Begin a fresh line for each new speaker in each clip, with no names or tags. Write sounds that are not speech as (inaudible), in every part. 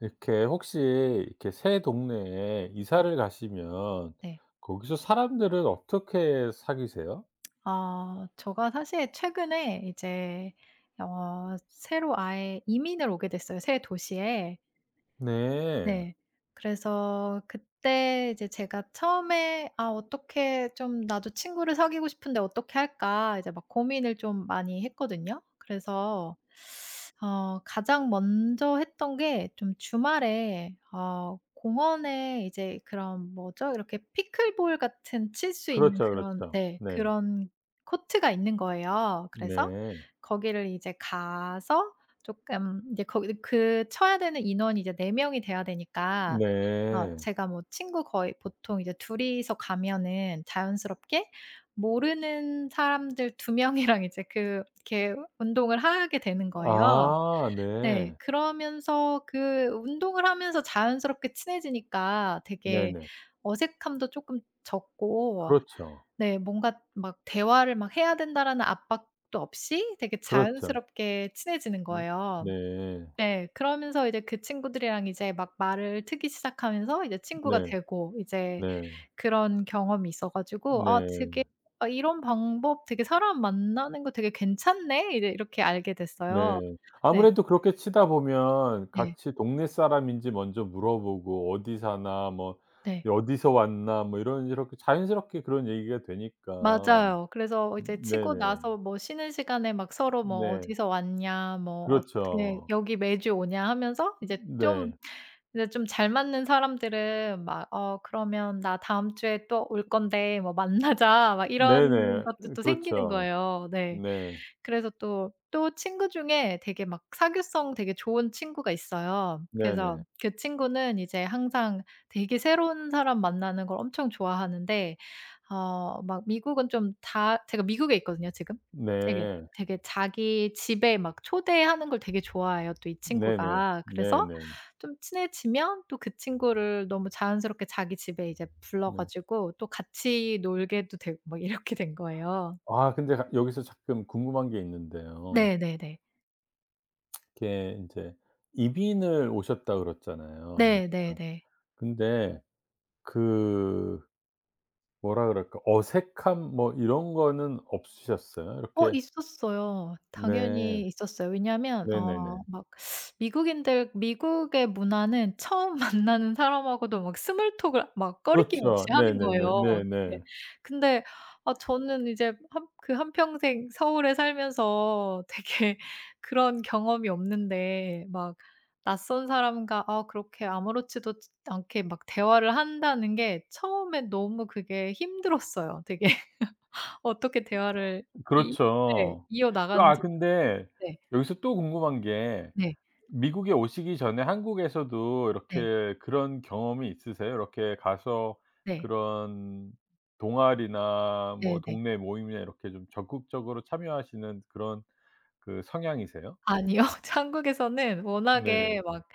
이렇게 혹시 이렇게 새 동네에
네.
이사를 가시면
네.
거기서 사람들을 어떻게 사귀세요?
아 제가 사실 최근에 이제 새로 아예 이민을 오게 됐어요, 새 도시에.
네.
네. 그래서 그때 이제 제가 처음에 '아 어떻게 좀 나도 친구를 사귀고 싶은데 어떻게 할까?' 이제 막 고민을 좀 많이 했거든요. 그래서 가장 먼저 했던 게 좀 주말에 공원에 이제 그런 뭐죠? 이렇게 피클볼 같은 칠 수 있는
그렇죠,
그런
그렇죠.
네
네.
그런 코트가 있는 거예요. 그래서
네.
거기를 이제 가서 조금 이제 거기 그 쳐야 되는 인원이 이제 4 명이 돼야 되니까
네.
제가 뭐 친구 거의 보통 이제 둘 이서 가면은 자연스럽게 모르는 사람들 2 명이랑 이제 그 이렇게 운동을 하게 되는 거예요.
아
네.
네.
그러면서 그 운동을 하면서 자연스럽게 친해지니까 되게
네네.
어색함도 쪼끔 적고
그렇죠.
네 뭔가 막 '대화를 막 해야 된다.'라는 압박도 없이 되게
그렇죠.
자연스럽게 친해지는
음
거예요.
네.
네. 그러면서 이제 그 친구들이랑 이제 막 말을 트기 시작하면서 이제 친구가
네.
되고 이제
네.
그런 경험이 있어 가지고 '아
네.
되게 아 이런 방법 되게 사람 만나는 거 되게 괜찮네.' 이제 이렇게 알게 됐어요.
네.
네.
아무래도 그렇게 치다 보면
네.
같이 동네 사람인지 먼저 물어보고 "어디 사나?" 뭐
네.
"어디서 왔나?" 뭐 이런 이렇게 자연스럽게 그런 얘기가 되니까.
맞아요. 그래서 이제 치고
네네.
나서 뭐 쉬는 시간에 막 서로 뭐
네.
"어디서 왔냐." 뭐 "어떻게
그렇죠.
여기 매주 오냐." 하면서 이제 좀
네.
근데 좀 잘 맞는 사람들은 막 "어 그러면 나 다음 주에 또 올 건데 뭐 만나자." (laughs) 막 이런
네네.
것도 또 생기는
그렇죠.
거예요. 네.
네.
그래서 또 친구 중에 되게 막 사교성 되게 좋은 친구가 있어요. 그래서
네네.
그 친구는 이제 항상 되게 새로운 사람 만나는 걸 엄청 좋아하는데 막 미국은 좀 다 제가 미국에 있거든요 지금. 되게,
네.
되게 자기 집에 막 초대하는 걸 되게 좋아해요 또 이
네네.
친구가. 그래서
네네.
좀 친해지면 또 그 친구를 너무 자연스럽게 자기 집에 이제 불러
네.
가지고 또 같이 놀게도 되고 막 이렇게 된 거예요.
아 근데 가 여기서 잠깐 궁금한 게 있는데요.
네네네.
이렇게 인제 이민을 오셨다 그랬잖아요.
네네네.
근데 그 뭐라 그럴까, 어색함 뭐 이런 거는 없으셨어요?
어
이렇게.
있었어요.
네.
당연히 있었어요. 왜냐하면
네네네.
막 미국인들 미국의 문화는 처음 (laughs) 만나는 사람하고도 막 스몰톡을 막 꺼리낌 없이
그렇죠.
하는
네네네.
거예요. 네.
네네.
근데 아 저는 이제 한 그 한평생 서울에 살면서 되게 (laughs) 그런 경험이 없는데 막 낯선 사람과 아 그렇게 아무렇지도 않게 막 대화를 한다는 게 처음에 너무 그게 힘들었어요 되게. 어떻게 대화를 이 네.
그렇죠. 그 아
이어나가는지
근데
네.
여기서 또 궁금한 게,
네.
미국에 오시기 전에 한국에서도
네.
이렇게 그런 경험이 있으세요? 이렇게 가서
네.
그런 동아리나 뭐
네네.
동네 모임이나 이렇게 좀 적극적으로 참여하시는 그런 그 성향이세요?
아니요. (laughs) 한국에서는
네네.
워낙에 막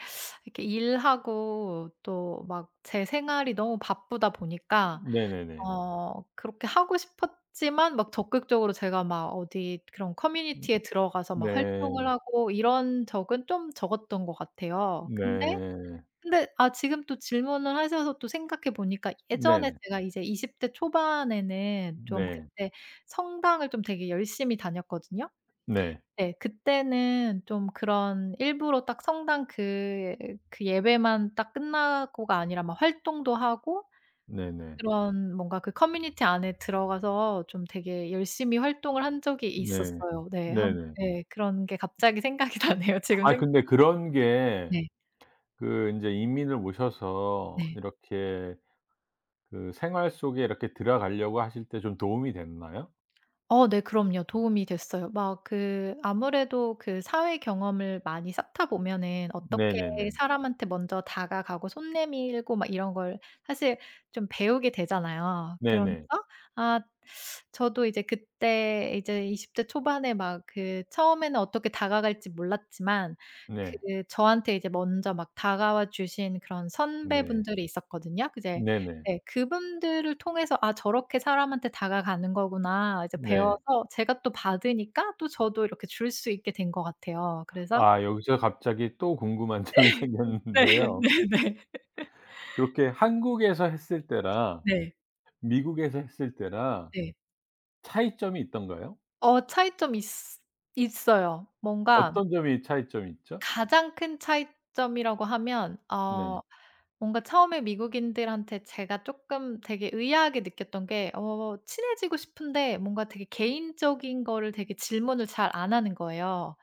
이렇게 일하고 또 막 제 생활이 너무 바쁘다 보니까
네네네.
그렇게 하고 싶었지만 막 적극적으로 제가 막 어디 그런 커뮤니티에 들어가서 막 활동을
네.
하고 이런 적은 좀 적었던 것 같아요. 근데
네.
근데 아 지금 또 질문을 하셔서 또 생각해 보니까
네
예전에
네.
제가 이제 20대 초반에는 좀
네.
그때 성당을 좀 되게 열심히 다녔거든요.
네.
네. 그때는 좀 그런 일부러 딱 성당 그 예배만 딱 끝나고가 아니라 막 활동도 하고
네 네.
그런 뭔가 그 커뮤니티 안에 들어가서 좀 되게 열심히 활동을 한 적이
네.
있었어요. 네.
네
한
네.
네. 그런 게 갑자기 생각이 (laughs) 나네요. 지금
아
생
근데 그런 게
네.
그 인제 이민을 오셔서
네.
이렇게 그 생활 속에 이렇게 들어가려고 하실 때 좀 도움이 됐나요?
어 네 그럼요. 도움이 됐어요. 막 그 아무래도 그 사회 경험을 많이 쌓다 보면은 어떻게
네네 네.
사람한테 먼저 다가가고 손 내밀고 막 이런 걸 사실 좀 배우게 되잖아요.
네
그러면서
네.
아 저도 이제 그때 이제 20대 초반에 막 그 처음에는 어떻게 다가갈지 몰랐지만 그
네.
저한테 이제 먼저 막 다가와 주신 그런
네.
선배분들이 있었거든요. 이제
네 네.
네. 그분들을 통해서 '아 저렇게 사람한테 다가가는 거구나.' 이제
네.
배워서 제가 또 받으니까 또 저도 이렇게 줄 수 있게 된 것 같아요. 그래서
아 여기서 갑자기 또 궁금한 (laughs) 점이
네.
생겼는데요.
(laughs) 네네.
그렇게 한국에서 했을 때랑
네.
미국에서 했을 때랑
네.
차이점이 있던가요?
어 차이점이 있 있어요. 뭔가
어떤 점이 차이점이 있죠?
가장 큰 차이점이라고 하면
네.
뭔가 처음에 미국인들한테 제가 쪼끔 되게 의아하게 느꼈던 게 친해지고 싶은데 뭔가 되게 개인적인 거를 되게 질문을 잘 안 하는 거예요.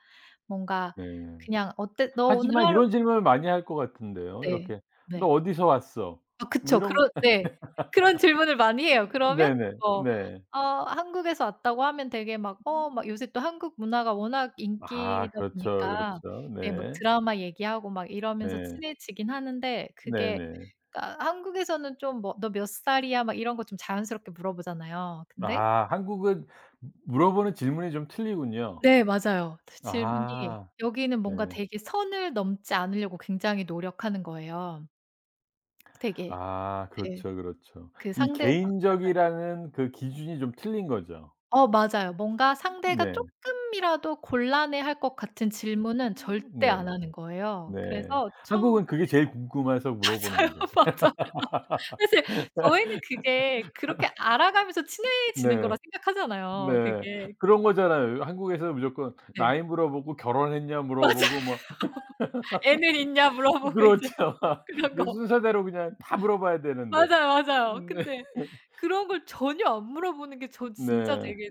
뭔가
네.
그냥 어때 너 오늘
하지만
하루"
이런 질문을 많이 할 것 같은데요.
네.
이렇게 "너
네.
어디서 왔어?"
아
뭐
그쵸.
이런.
그런
(laughs)
네. 그런 질문을 많이 해요. 그러면
네네. 네.
뭐
네.
한국에서 왔다고 하면 되게 막 막 요새 또 한국 문화가 워낙
아
인기다
그렇죠,
보니까
그렇죠.
네 막
네.
드라마 얘기하고 막 이러면서
네.
친해지긴 하는데 그게
네네.
그러니까 한국에서는 좀 뭐 "너 몇 살이야?" 막 이런 거 좀 자연스럽게 물어보잖아요. 근데
아 한국은 물어보는 질문이 좀 틀리군요.
네 맞아요. 그 질문이
아.
여기는 뭔가
네.
되게 선을 넘지 않으려고 굉장히 노력하는 거예요. 되게
아
네.
그렇죠, 그렇죠.
그
이
상대방 맞아요.
개인적이라는 그 기준이 좀 틀린 거죠.
어 맞아요. 뭔가 상대가
네.
쪼끔이라도 곤란해할 것 같은 질문은 절대 안
네.
하는 거예요.
네.
그래서 처음
한국은 그게 제일 궁금해서
(laughs) 맞아요.
물어보는데.
맞아.
(laughs)
사실 저희는 그게 그렇게 알아가면서 친해지는 거라
네.
생각하잖아요.
네.
그게
그런 거잖아요. 한국에서 무조건
네.
나이 물어보고 결혼했냐
맞아요.
물어보고
(laughs)
뭐. (laughs)
"애는 있냐?" 물어보고 이제
그렇죠.
그런
그
거.
순서대로 그냥 다 물어봐야 되는데.
맞아요, 맞아요.
네.
근데 그런 걸 전혀 안 물어보는 게 저 진짜
네.
되게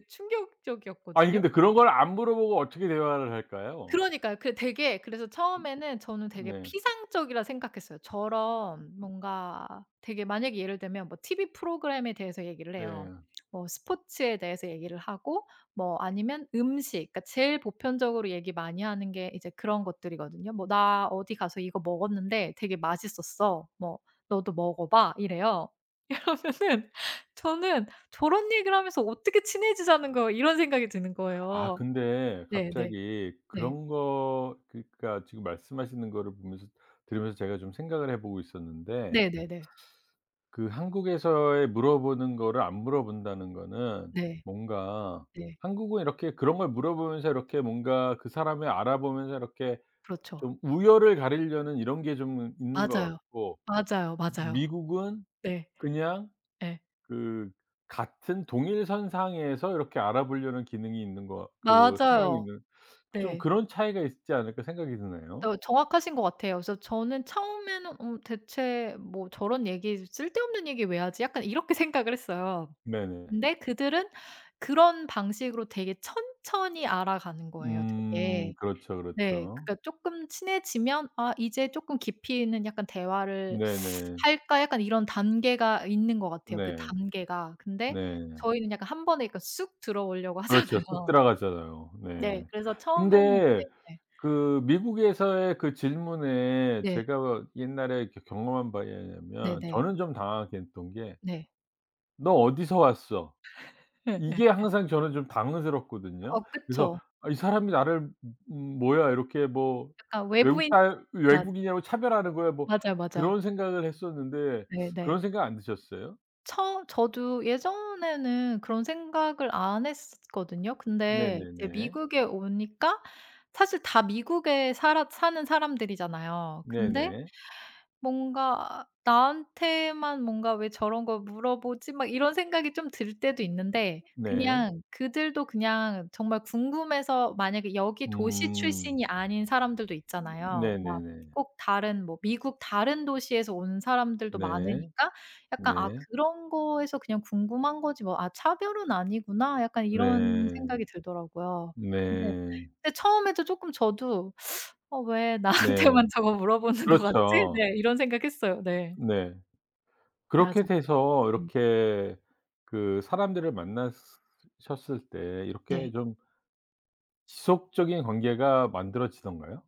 아니
충격적이었거든요.
근데 그런 걸 안 물어보고 어떻게 대화를 할까요?
그러니까요. 그 되게 그래서 처음에는 저는 되게
네.
피상적이라 생각했어요. 저런 뭔가 되게 만약에 예를 들면 뭐 TV 프로그램에 대해서 얘기를 해요.
네.
뭐 스포츠에 대해서 얘기를 하고 뭐 아니면 음식 그러니까 제일 보편적으로 얘기 많이 하는 게 이제 그런 것들이거든요. 뭐 "나 어디 가서 이거 먹었는데 되게 맛있었어. 뭐 너도 먹어 봐." 이래요. (laughs) 그러면은 저는 '저런 얘기를 하면서 어떻게 친해지자는 거야.' 이런 생각이 드는
아
거예요.
근데
네네. 네.
갑자기
네.
그런 거, 그러니까 지금 말씀하시는 거를 보면서 들으면서 제가 좀 생각을 해 보고 있었는데,
네네네.
그 한국에서의 물어보는 거를 안 물어본다는 거는
네.
뭔가,
네.
한국은 이렇게 그런 걸 물어보면서 이렇게 뭔가 그 사람을 알아보면서 이렇게
그렇죠.
좀 우열을 가리려는 이런 게 좀 있는 것
맞아요.
같고,
맞아요, 맞아요.
미국은
네.
그냥
예.
그 같은 동일선 상에서 이렇게 알아보려는 기능이 있는 거, 그 성향이
맞아요.
있는, 좀
네.
그런 차이가 있지 않을까 생각이 드네요.
또 정확하신 것 같아요. 그래서 저는 처음에는 '음 대체 뭐 저런 얘기 쓸데없는 얘기 왜 하지?' 약간 이렇게 (laughs) 생각을 했어요.
네네.
근데 그들은 그런 방식으로 되게 천천히 알아가는 거예요 되게.
그렇죠,
네.
그렇죠.
그러니까 쪼끔 친해지면 '아 이제 쪼끔 깊이 있는 약간 대화를
네네.
할까?' 약간 이런 단계가 있는 것 같아요, 그
네.
단계가. 근데
네.
저희는 약간 한 번에 그러니까 쑥 들어오려고
그렇죠.
(laughs)
쑥
하잖아요.
들어가잖아요.
네.
네.
그래서 처음에는
근데
네네.
그 미국에서의 그 질문에
네.
제가 옛날에 겨 경험한 바에 의하면
네네.
저는 좀 당황하게 했던 게
네.
"너 어디서 왔어?"
예예.
이게
(laughs)
항상 저는 좀 당황스럽거든요.
어
그래서
그쵸.
'아 이 사람이 나를 뭐야 이렇게 뭐
약간
외국
외부인
사
맞
외국인이라고 차별하는 거야?' 뭐
맞아요, 맞아.
그런 생각을 했었는데
네네.
그런 생각 안 드셨어요?
처 저도 예전에는 그런 생각을 안 했었거든요. 근데 이제
네네네.
미국에 오니까 사실 다 미국에 살아 사는 사람들이잖아요. 근데
네네.
뭔가 '나한테만 뭔가 왜 저런 걸 물어보지?' 막 이런 생각이 좀 들 때도 있는데
네.
그냥 그들도 그냥 정말 궁금해서 만약에 여기 도시
음.
출신이 아닌 사람들도 있잖아요. 막
네네네.
꼭 다른 뭐 미국 다른 도시에서 온 사람들도
네.
많으니까 약간 '아
네.
그런 거에서 그냥 궁금한 거지 뭐. 아 차별은 아니구나.' 약간 이런
네.
생각이 들더라고요. 근데
네.
근데 처음에도 쪼끔 저도 '어 왜 나한테만
네.
(laughs) 저거 물어보는 것 같지?'
그렇죠.
네 이런 생각했어요. 네.
네.
맞아요.
그렇게 돼서
네.
이렇게 그 사람들을 만나 셨을 때 이렇게
네.
좀 지속적인 관계가 만들어지던가요?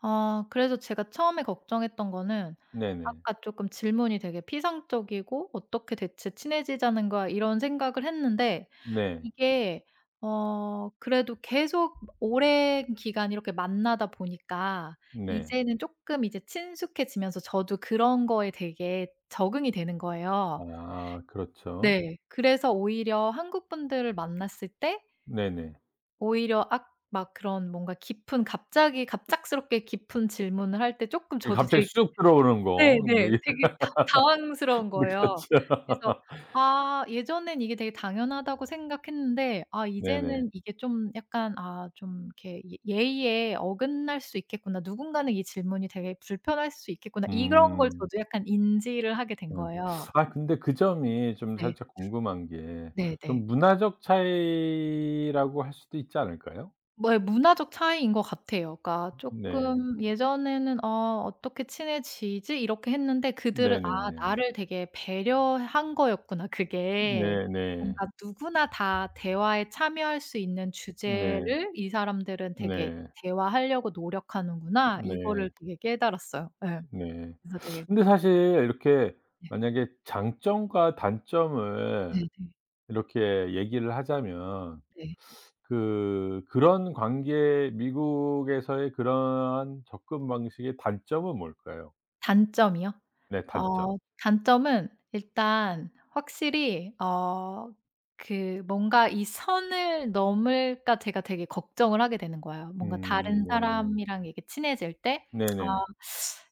아 그래서 제가 처음에 걱정했던 거는
네네.
아까 쪼끔 질문이 되게 피상적이고 '어떻게 대체 친해지자는 거야?' 이런 생각을 했는데
네.
이게 어 그래도 계속 오랜 기간 이렇게 만나다 보니까
네.
이제는 쪼끔 이제 친숙해지면서 저도 그런 거에 되게 적응이 되는 거예요.
아 그렇죠.
네. 그래서 오히려 한국 분들을 만났을 때
네네.
오히려 악 막 그런 뭔가 깊은 갑자기 갑작스럽게 깊은 질문을 할 때 쪼끔
이
저도
갑자기
되게
쑥 들어오는 거. 뭐
네네.
이런.
되게 다 당황스러운
네. (laughs)
거예요.
그렇죠.
그래서 아 예전엔 이게 되게 당연하다고 생각했는데 아
네네.
이제는 이게 좀 약간 아 좀 이렇게 예의에 어긋날 수 있겠구나. 누군가는 이 질문이 되게 불편할 수 있겠구나. 이런 걸
음.
저도 약간 인지를 하게 된
네.
거예요.
아 근데 그 점이 좀
네.
살짝 궁금한 게,
네네.
좀 문화적 차이라고 할 수도 있지 않을까요?
뭐 문화적 차이인 것 같아요. 그러니까
네.
쪼끔 예전에는 '어 어떻게 친해지지?' 이렇게 했는데 그들은 '아
네네.
나를 되게 배려한 거였구나 그게.'
네 네. 네.
뭔가 누구나 다 대화에 참여할 수 있는
네.
주제를 이 사람들은 되게
네.
대화하려고 노력하는구나.
네.
이거를 되게 깨달았어요. 예.
네.
그래서 되게
근데 사실 이렇게
네.
만약에 장점과 단점을
네네. 네.
이렇게 얘기를 하자면
네.
그 그런 관계 미국에서의 그러한 접근 방식의 단점은 뭘까요?
단점이요?
네
어
단점.
단점은 일단 확실히 어 그 뭔가 '이 선을 넘을까.' 제가 되게 걱정을 하게 되는 거예요. 뭔가 다른
네.
사람이랑 이렇게 친해질 때 '아
네네.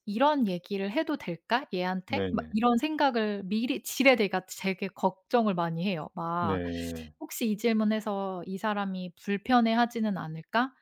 이런 얘기를 해도 될까? 얘한테?' 막
네네.
이런 생각을 미리 지레대가 되게 걱정을 많이 해요. 막
네.
'혹시 이 질문해서 이 사람이 불편해하지는 않을까?'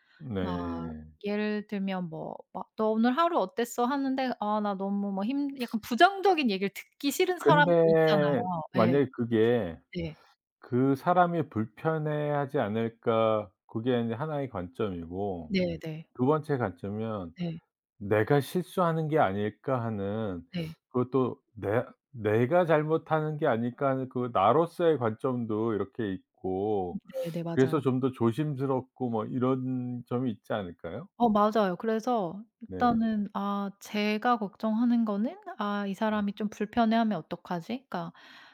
막
네.
예를 들면 뭐 막 "너 오늘 하루 어땠어?" 하는데 "아 나 너무 뭐 힘" 약간 부정적인 얘기를 듣기 싫은 사람도 있잖아요.
근데
예.
만약에 그게
네.
'그 사람이 불편해하지 않을까.' 그게 인제 하나의 관점이고,
네네.
두 번째 관점은
네.
'내가 실수하는 게 아닐까.' 하는,
네.
그것도 내 '내가 잘못하는 게 아닐까.' 하는 그 나로서의 관점도 이렇게 있고,
네네.
그래서
맞아요.
좀 더 조심스럽고 뭐 이런 점이 있지 않을까요?
어 맞아요. 그래서
네.
일단은 아 제가 걱정하는 거는 '아 이
네.
사람이 좀 불편해하면 어떡하지?' 그러니까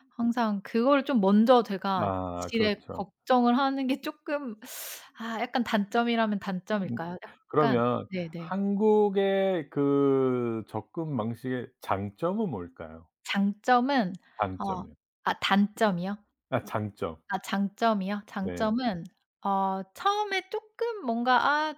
항상 그거를 좀 먼저 제가
아
지레
그렇죠.
걱정을 하는 게 쪼끔 아 약간 단점이라면
음
단점일까요? 약간
그러면
네네.
한국의 그 접근 방식의 장점은 뭘까요?
장점은
장점
어
이요
아 단점이요?
아 장점.
아 장점이요?
네.
장점은 처음에 쪼끔 뭔가 '아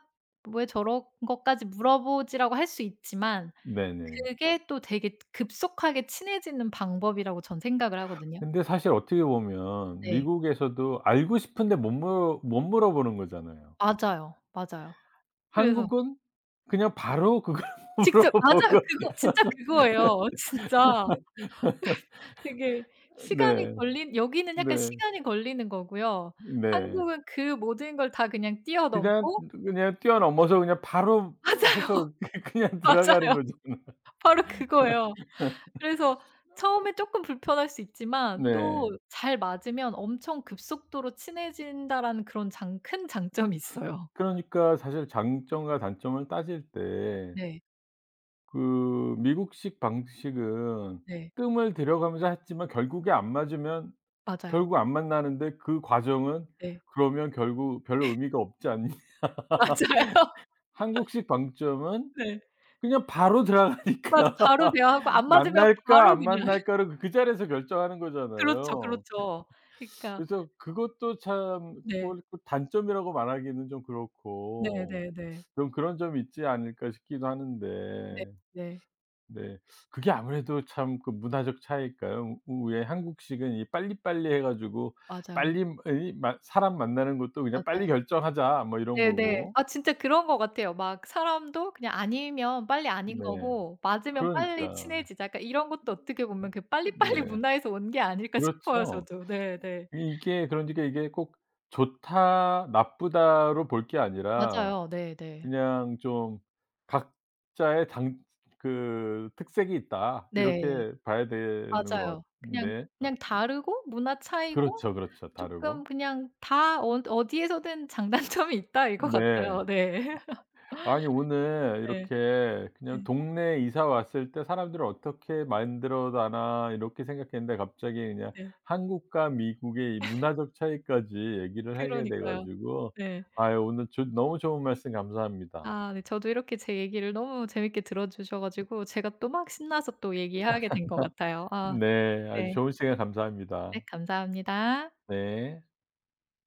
왜 저런 것까지 물어보지.'라고 할 수 있지만
네네.
그게 또 되게 급속하게 친해지는 방법이라고 전 생각을 하거든요.
근데 사실 어떻게 보면
네.
미국에서도 알고 싶은데 못 물어 못 물어보는 거잖아요.
맞아요. 맞아요. 그래서
한국은 그냥 바로 그걸 (laughs)
직접 (laughs) 맞아요.
물어보고.
그거 진짜 그거예요. (laughs) 진짜 되게 시간이
네.
걸린 여기는 약간
네.
시간이 걸리는 거고요.
네.
한국은 그 모든 걸 다 그냥
그냥,
뛰어넘고
그냥 뛰어넘어서 그냥 바로
(laughs) 맞아요.
해서 (laughs) 그냥
(laughs)
들어가는
맞아요.
거잖아요.
바로 그거예요. 그래서 처음에 쪼끔 불편할 수 있지만
네.
또 잘 맞으면 엄청 급속도로 친해진다라는 그런 장 큰 장점이 있어요.
그러니까 사실 장점과 단점을 따질 때
네.
그 미국식 방식은
네.
뜸을 들여가면서 했지만 결국에 안 맞으면
맞아요.
결국 안 만나는데, 그 과정은
네.
그러면 결국 별로 의미가 없지 않니? (laughs)
(laughs) 맞아요.
한국식 방점은
네.
그냥 바로
맞아.
들어가니까
바로 대화하고
(laughs)
안 맞으면
만날까
바로
안
그냥 (laughs)
만날까를 그 자리에서 결정하는
그렇죠,
거잖아요.
그렇죠. 그러니까
그래서 그것도 참,
네.
그걸 또 단점이라고 말하기는 좀 그렇고
네네네. 네.
좀 그런 점이 있지 않을까 싶기도 하는데.
네.
네. 그게 아무래도 참 그 문화적 차이일까요? 우 왜 한국식은 이 빨리빨리 해 가지고
맞아요.
빨리 이 마 사람 만나는 것도 그냥
맞아요.
'빨리 결정하자.' 뭐 이런
네네.
거고.
아 진짜 그런 것 같아요. 막 사람도 그냥 아니면 빨리 아닌
네.
거고 맞으면 빨리
그러니까.
친해지자. 약간 이런 것도 어떻게 보면 그 빨리빨리
네.
문화에서 온 게 아닐까 싶어요
그렇죠.
저도. 네네.
이게 그러니까 이게 꼭 좋다 나쁘다로 볼 게 아니라
맞아요. 네네.
그냥 좀 '각자의 당 그 특색이 있다.'
네.
이렇게 봐야 되는 것
맞아요.
같은데. 아
그냥 다르고 문화 차이고
그렇죠, 그렇죠.
쪼끔
다르고.
그냥 다 어 어디에서든 장단점이 있다 이거 같아요.
네.
네. (laughs)
아니 오늘
네.
이렇게 그냥
네.
동네 이사 왔을 때 사람들을 어떻게 만들어 다나 이렇게 생각했는데 갑자기 그냥
네.
한국과 미국의 이 문화적 차이까지 얘기를 하게 돼
그러니까요.
가지고
네.
아유 오늘 조 너무 좋은 말씀 감사합니다.
아 네. 저도 이렇게 제 얘기를 너무 재밌게 들어 주셔 가지고 제가 또 막 신나서 또 얘기하게 된 것 같아요. 아
네. 아주
네.
좋은 시간
네
감사합니다.
감사합니다.
네.